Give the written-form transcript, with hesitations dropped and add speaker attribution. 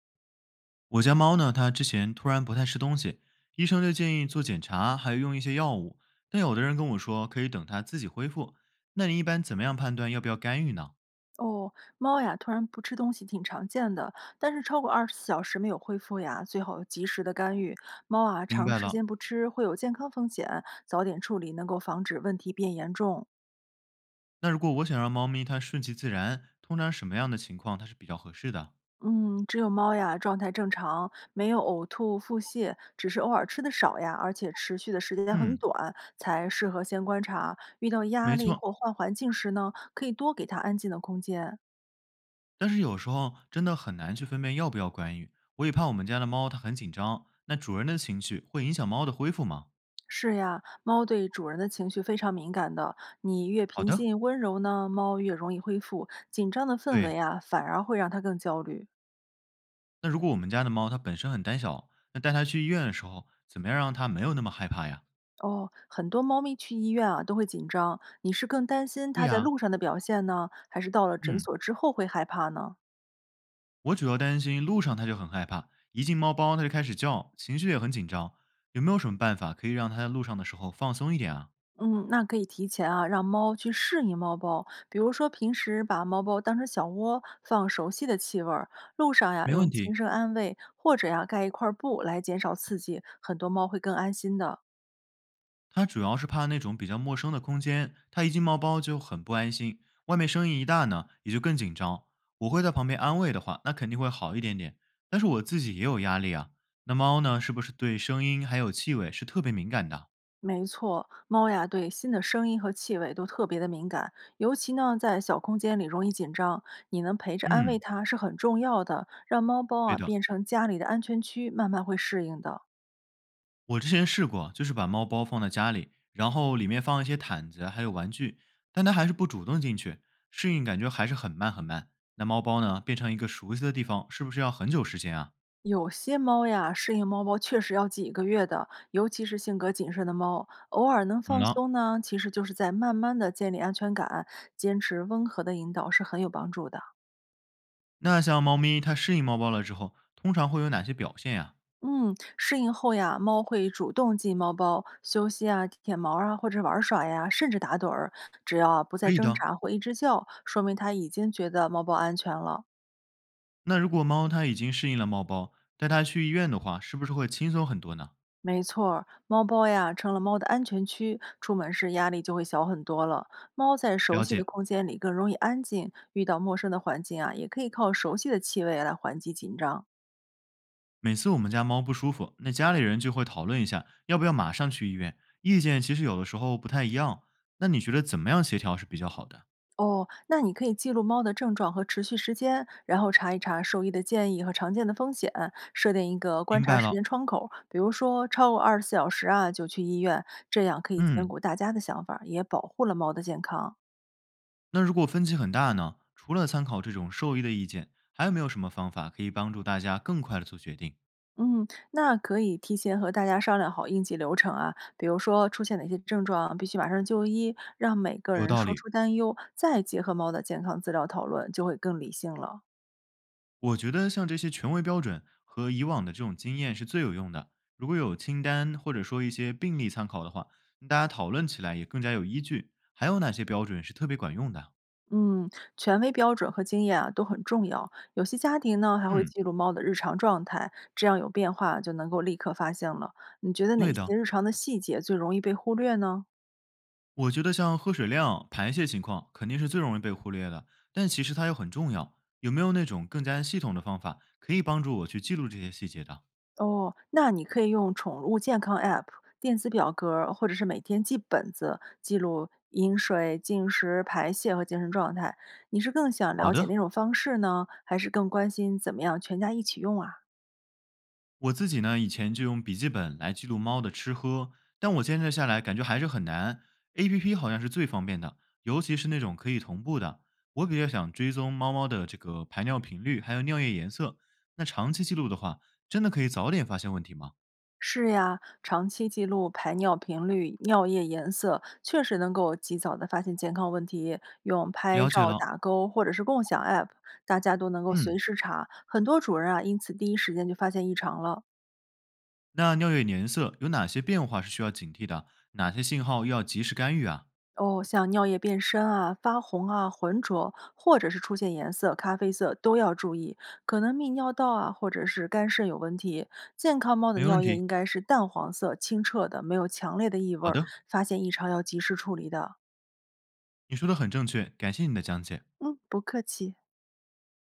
Speaker 1: 我家猫呢，它之前突然不太吃东西，医生就建议做检查，还有用一些药物。但有的人跟我说可以等它自己恢复。那你一般怎么样判断要不要干预呢？
Speaker 2: 哦，猫呀，突然不吃东西挺常见的，但是超过二十四小时没有恢复呀，最好及时的干预。猫啊，
Speaker 1: 明
Speaker 2: 长
Speaker 1: 白
Speaker 2: 时
Speaker 1: 了。
Speaker 2: 间不吃会有健康风险，早点处理能够防止问题变严重。
Speaker 1: 那如果我想让猫咪它顺其自然，通常什么样的情况它是比较合适的？
Speaker 2: 嗯，只有猫呀，状态正常，没有呕吐、腹泻，只是偶尔吃的少呀，而且持续的时间很
Speaker 1: 嗯，
Speaker 2: 短，才适合先观察。遇到压
Speaker 1: 没
Speaker 2: 力
Speaker 1: 错。
Speaker 2: 或换环境时呢，可以多给它安静的空间。
Speaker 1: 但是有时候真的很难去分辨要不要干预。我也怕我们家的猫它很紧张，那主人的情绪会影响猫的恢复吗？
Speaker 2: 是呀，猫对主人的情绪非常敏感的。你越
Speaker 1: 好
Speaker 2: 平
Speaker 1: 的，
Speaker 2: 静温柔呢，猫越容易恢复。紧张的氛
Speaker 1: 对。
Speaker 2: 围啊，反而会让它更焦虑。
Speaker 1: 那如果我们家的猫它本身很胆小，那带它去医院的时候，怎么样让它没有那么害怕呀？
Speaker 2: 哦，很多猫咪去医院啊都会紧张。你是更担心
Speaker 1: 对
Speaker 2: 它在
Speaker 1: 呀、
Speaker 2: 路上的表现呢，还是到了诊
Speaker 1: 嗯，
Speaker 2: 所之后会害怕呢？
Speaker 1: 我主要担心路上它就很害怕，一进猫包它就开始叫，情绪也很紧张。有没有什么办法可以让它在路上的时候放松一点啊？
Speaker 2: 嗯，那可以提前啊让猫去适应猫包，比如说平时把猫包当成小窝，放熟悉的气味儿，路上呀
Speaker 1: 没问
Speaker 2: 用轻
Speaker 1: 题，
Speaker 2: 声安慰，或者呀盖一块儿布来减少刺激，很多猫会更安心的。
Speaker 1: 它主要是怕那种比较陌生的空间，它一进猫包就很不安心，外面声音一大呢，也就更紧张。我会在旁边安慰的话，那肯定会好一点点。但是我自己也有压力啊。那猫呢，是不是对声音还有气味是特别敏感的？
Speaker 2: 没错，猫呀对新的声音和气味都特别的敏感，尤其呢在小空间里容易紧张。你能陪着安慰
Speaker 1: 嗯，
Speaker 2: 它是很重要的，让猫包
Speaker 1: 对
Speaker 2: 啊
Speaker 1: 的，
Speaker 2: 变成家里的安全区，慢慢会适应的。
Speaker 1: 我之前试过，就是把猫包放在家里，然后里面放一些毯子还有玩具，但它还是不主动进去，适应感觉还是很慢。那猫包呢，变成一个熟悉的地方，是不是要很久时间啊？
Speaker 2: 有些猫呀适应猫包确实要几个月的，尤其是性格谨慎的猫，偶尔能
Speaker 1: 懂
Speaker 2: 放
Speaker 1: 了。
Speaker 2: 松呢，其实就是在慢慢的建立安全感，坚持温和的引导是很有帮助的。
Speaker 1: 那像猫咪它适应猫包了之后，通常会有哪些表现呀？
Speaker 2: 嗯，适应后呀，猫会主动进猫包休息啊、舔毛啊，或者玩耍呀，甚至打盹儿。只要啊不再
Speaker 1: 可以
Speaker 2: 挣
Speaker 1: 的。
Speaker 2: 扎或一直叫，说明它已经觉得猫包安全了。
Speaker 1: 那如果猫它已经适应了猫包，带它去医院的话，是不是会轻松很多呢？
Speaker 2: 没错儿，猫包呀成了猫的安全区，出门时压力就会小很多了。猫在熟
Speaker 1: 了
Speaker 2: 悉的
Speaker 1: 解。
Speaker 2: 空间里更容易安静，遇到陌生的环境啊，也可以靠熟悉的气味来缓解紧张。
Speaker 1: 每次我们家猫不舒服，那家里人就会讨论一下要不要马上去医院，意见其实有的时候不太一样。那你觉得怎么样协调是比较好的？
Speaker 2: 哦，那你可以记录猫的症状和持续时间，然后查一查兽医的建议和常见的风险，设定一个观
Speaker 1: 明
Speaker 2: 察
Speaker 1: 白
Speaker 2: 时
Speaker 1: 了，
Speaker 2: 间窗口，比如说超过二十四小时啊就去医院，这样可以兼
Speaker 1: 嗯，
Speaker 2: 顾大家的想法，也保护了猫的健康。
Speaker 1: 那如果分歧很大呢？除了参考这种兽医的意见，还有没有什么方法可以帮助大家更快的做决定？
Speaker 2: 嗯，那可以提前和大家商量好应急流程啊，比如说出现哪些症状必须马上就医，让每个
Speaker 1: 有
Speaker 2: 人
Speaker 1: 道
Speaker 2: 说
Speaker 1: 理，
Speaker 2: 出担忧，再结合猫的健康资料讨论，就会更理性了。
Speaker 1: 我觉得像这些权威标准和以往的这种经验是最有用的。如果有清单或者说一些病例参考的话，大家讨论起来也更加有依据。还有哪些标准是特别管用的？
Speaker 2: 嗯，权威标准和经验啊都很重要。有些家庭呢还会
Speaker 1: 嗯，
Speaker 2: 记录猫的日常状态，这样有变化就能够立刻发现了。你觉得
Speaker 1: 对
Speaker 2: 哪
Speaker 1: 的。
Speaker 2: 些日常的细节最容易被忽略呢？
Speaker 1: 我觉得像喝水量、排泄情况肯定是最容易被忽略的，但其实它又很重要。有没有那种更加系统的方法可以帮助我去记录这些细节的？
Speaker 2: 哦，那你可以用宠物健康 App、电子表格儿或者是每天记本子，记录饮水、进食、排泄和精神状态。你是更想
Speaker 1: 好
Speaker 2: 了解那
Speaker 1: 的，
Speaker 2: 种方式呢，还是更关心怎么样全家一起用啊？
Speaker 1: 我自己呢以前就用笔记本来记录猫的吃喝，但我坚持下来感觉还是很难。APP 好像是最方便的，尤其是那种可以同步的。我比较想追踪猫猫的这个排尿频率，还有尿液颜色。那长期记录的话，真的可以早点发现问题吗？
Speaker 2: 是呀，长期记录排尿频率、尿液颜色，确实能够及早的发现健康问题。用拍
Speaker 1: 了解
Speaker 2: 照、
Speaker 1: 了，
Speaker 2: 打勾或者是共享 App，大家都能够随
Speaker 1: 嗯。
Speaker 2: 时查。很多主人啊，因此第一时间就发现异常了。
Speaker 1: 那尿液颜色有哪些变化是需要警惕的？哪些信号要及时干预啊？
Speaker 2: 哦，像尿液变深啊、发红啊、浑浊，或者是出现颜色、咖啡色，都要注意，可能泌尿道啊或者是肝肾有问题。健康猫的
Speaker 1: 没问
Speaker 2: 尿液
Speaker 1: 题，
Speaker 2: 应该是淡黄色、清澈的，没有强烈的异味
Speaker 1: 好
Speaker 2: 儿，
Speaker 1: 的，
Speaker 2: 发现异常要及时处理的。
Speaker 1: 你说的很正确，感谢你的讲解。
Speaker 2: 嗯，不客气。